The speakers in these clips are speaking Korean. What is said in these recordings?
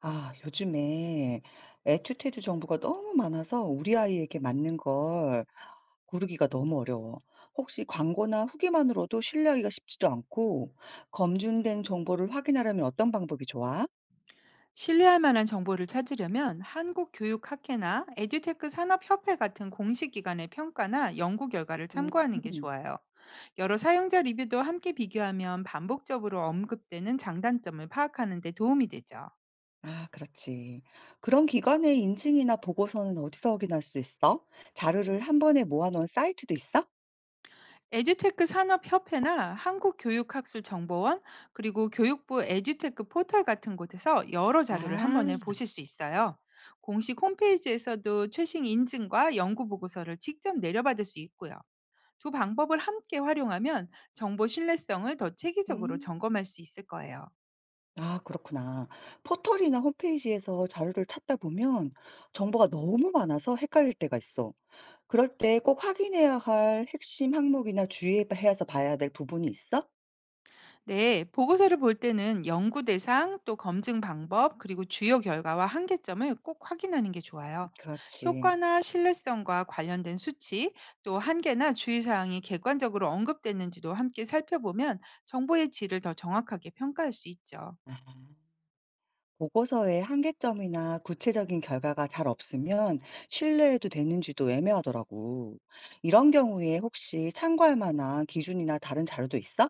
아, 요즘에 애투테두 정보가 너무 많아서 우리 아이에게 맞는 걸 고르기가 너무 어려워. 혹시 광고나 후기만으로도 신뢰하기가 쉽지도 않고, 검증된 정보를 확인하려면 어떤 방법이 좋아? 신뢰할 만한 정보를 찾으려면 한국교육학회나 에듀테크 산업협회 같은 공식 기관의 평가나 연구 결과를 참고하는 게 음, 좋아요. 여러 사용자 리뷰도 함께 비교하면 반복적으로 언급되는 장단점을 파악하는 데 도움이 되죠. 아, 그렇지. 그런 기관의 인증이나 보고서는 어디서 확인할 수 있어? 자료를 한 번에 모아놓은 사이트도 있어? 에듀테크 산업협회나 한국교육학술정보원 그리고 교육부 에듀테크 포털 같은 곳에서 여러 자료를 한 아, 번에 보실 수 있어요. 공식 홈페이지에서도 최신 인증과 연구 보고서를 직접 내려받을 수 있고요. 두 방법을 함께 활용하면 정보 신뢰성을 더 체계적으로 음. 점검할 수 있을 거예요. 아 그렇구나. 포털이나 홈페이지에서 자료를 찾다 보면 정보가 너무 많아서 헷갈릴 때가 있어. 그럴 때 꼭 확인해야 할 핵심 항목이나 주의해서 봐야 될 부분이 있어? 네, 보고서를 볼 때는 연구 대상, 또 검증 방법, 그리고 주요 결과와 한계점을 꼭 확인하는 게 좋아요. 그렇지. 효과나 신뢰성과 관련된 수치, 또 한계나 주의사항이 객관적으로 언급됐는지도 함께 살펴보면 정보의 질을 더 정확하게 평가할 수 있죠. 아. 보고서의 한계점이나 구체적인 결과가 잘 없으면 신뢰해도 되는지도 애매하더라고. 이런 경우에 혹시 참고할 만한 기준이나 다른 자료도 있어?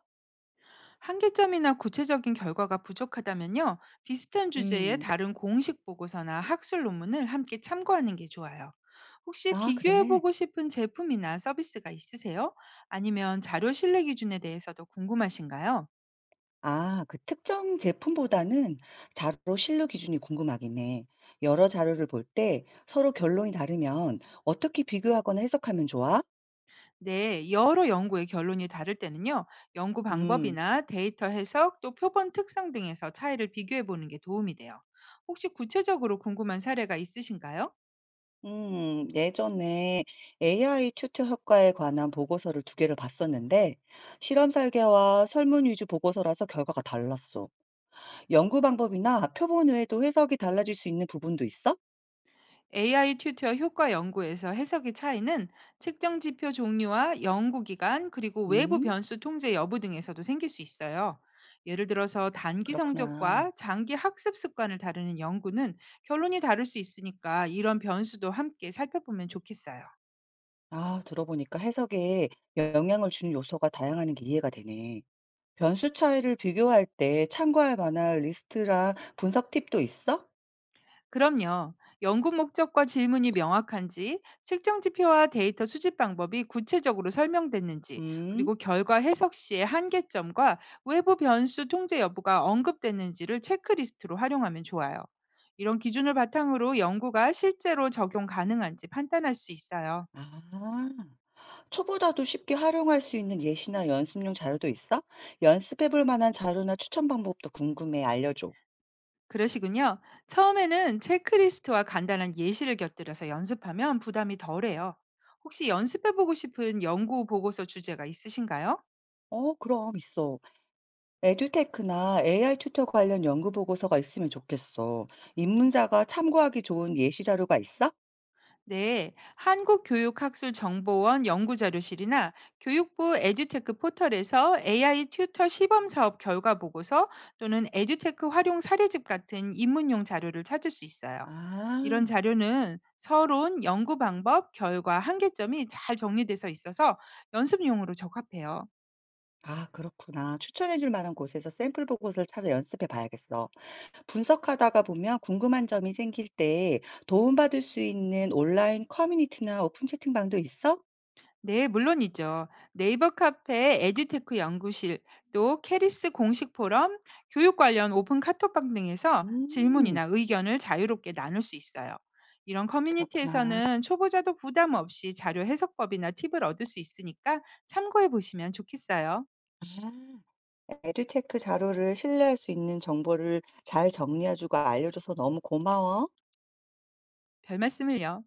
한계점이나 구체적인 결과가 부족하다면요, 비슷한 주제의 음. 다른 공식 보고서나 학술 논문을 함께 참고하는 게 좋아요. 혹시 아, 그래. 비교해보고 싶은 제품이나 서비스가 있으세요? 아니면 자료 신뢰 기준에 대해서도 궁금하신가요? 아, 그 특정 제품보다는 자료 신뢰 기준이 궁금하긴 해. 여러 자료를 볼 때 서로 결론이 다르면 어떻게 비교하거나 해석하면 좋아? 네, 여러 연구의 결론이 다를 때는요, 연구 음, 방법이나 데이터 해석 또 표본 특성 등에서 차이를 비교해보는 게 도움이 돼요. 혹시 구체적으로 궁금한 사례가 있으신가요? 예전에 AI 튜터 효과에 관한 보고서를 두 개를 봤었는데 실험 설계와 설문 위주 보고서라서 결과가 달랐어. 연구 방법이나 표본 외에도 해석이 달라질 수 있는 부분도 있어? AI 튜터 효과 연구에서 해석의 차이는 측정 지표 종류와 연구 기간 그리고 외부 음, 변수 통제 여부 등에서도 생길 수 있어요. 예를 들어서 단기 그렇구나. 성적과 장기 학습 습관을 다루는 연구는 결론이 다를 수 있으니까 이런 변수도 함께 살펴보면 좋겠어요. 아, 들어보니까 해석에 영향을 주는 요소가 다양하는 게 이해가 되네. 변수 차이를 비교할 때 참고할 만한 리스트랑 분석 팁도 있어? 그럼요. 연구 목적과 질문이 명확한지, 측정 지표와 데이터 수집 방법이 구체적으로 설명됐는지, 음. 그리고 결과 해석 시의 한계점과 외부 변수 통제 여부가 언급됐는지를 체크리스트로 활용하면 좋아요. 이런 기준을 바탕으로 연구가 실제로 적용 가능한지 판단할 수 있어요. 아. 초보자도 쉽게 활용할 수 있는 예시나 연습용 자료도 있어? 연습해 볼 만한 자료나 추천 방법도 궁금해. 알려줘. 그러시군요. 처음에는 체크리스트와 간단한 예시를 곁들여서 연습하면 부담이 덜해요. 혹시 연습해보고 싶은 연구 보고서 주제가 있으신가요? 어, 그럼 있어. 에듀테크나 AI 튜터 관련 연구 보고서가 있으면 좋겠어. 입문자가 참고하기 좋은 예시 자료가 있어? 네, 한국교육학술정보원 연구자료실이나 교육부 에듀테크 포털에서 AI 튜터 시범 사업 결과 보고서 또는 에듀테크 활용 사례집 같은 입문용 자료를 찾을 수 있어요. 아, 이런 자료는 서론, 연구 방법, 결과, 한계점이 잘 정리돼서 있어서 연습용으로 적합해요. 아, 그렇구나. 추천해 줄 만한 곳에서 샘플 보고서를 찾아 연습해 봐야겠어. 분석하다가 보면 궁금한 점이 생길 때 도움받을 수 있는 온라인 커뮤니티나 오픈 채팅방도 있어? 네, 물론이죠. 네이버 카페, 에듀테크 연구실, 또 캐리스 공식 포럼, 교육 관련 오픈 카톡방 등에서 음, 질문이나 의견을 자유롭게 나눌 수 있어요. 이런 그렇구나. 커뮤니티에서는 초보자도 부담 없이 자료 해석법이나 팁을 얻을 수 있으니까 참고해 보시면 좋겠어요. 아, 에듀테크 자료를 신뢰할 수 있는 정보를 잘 정리해주고 알려줘서 너무 고마워. 별 말씀을요.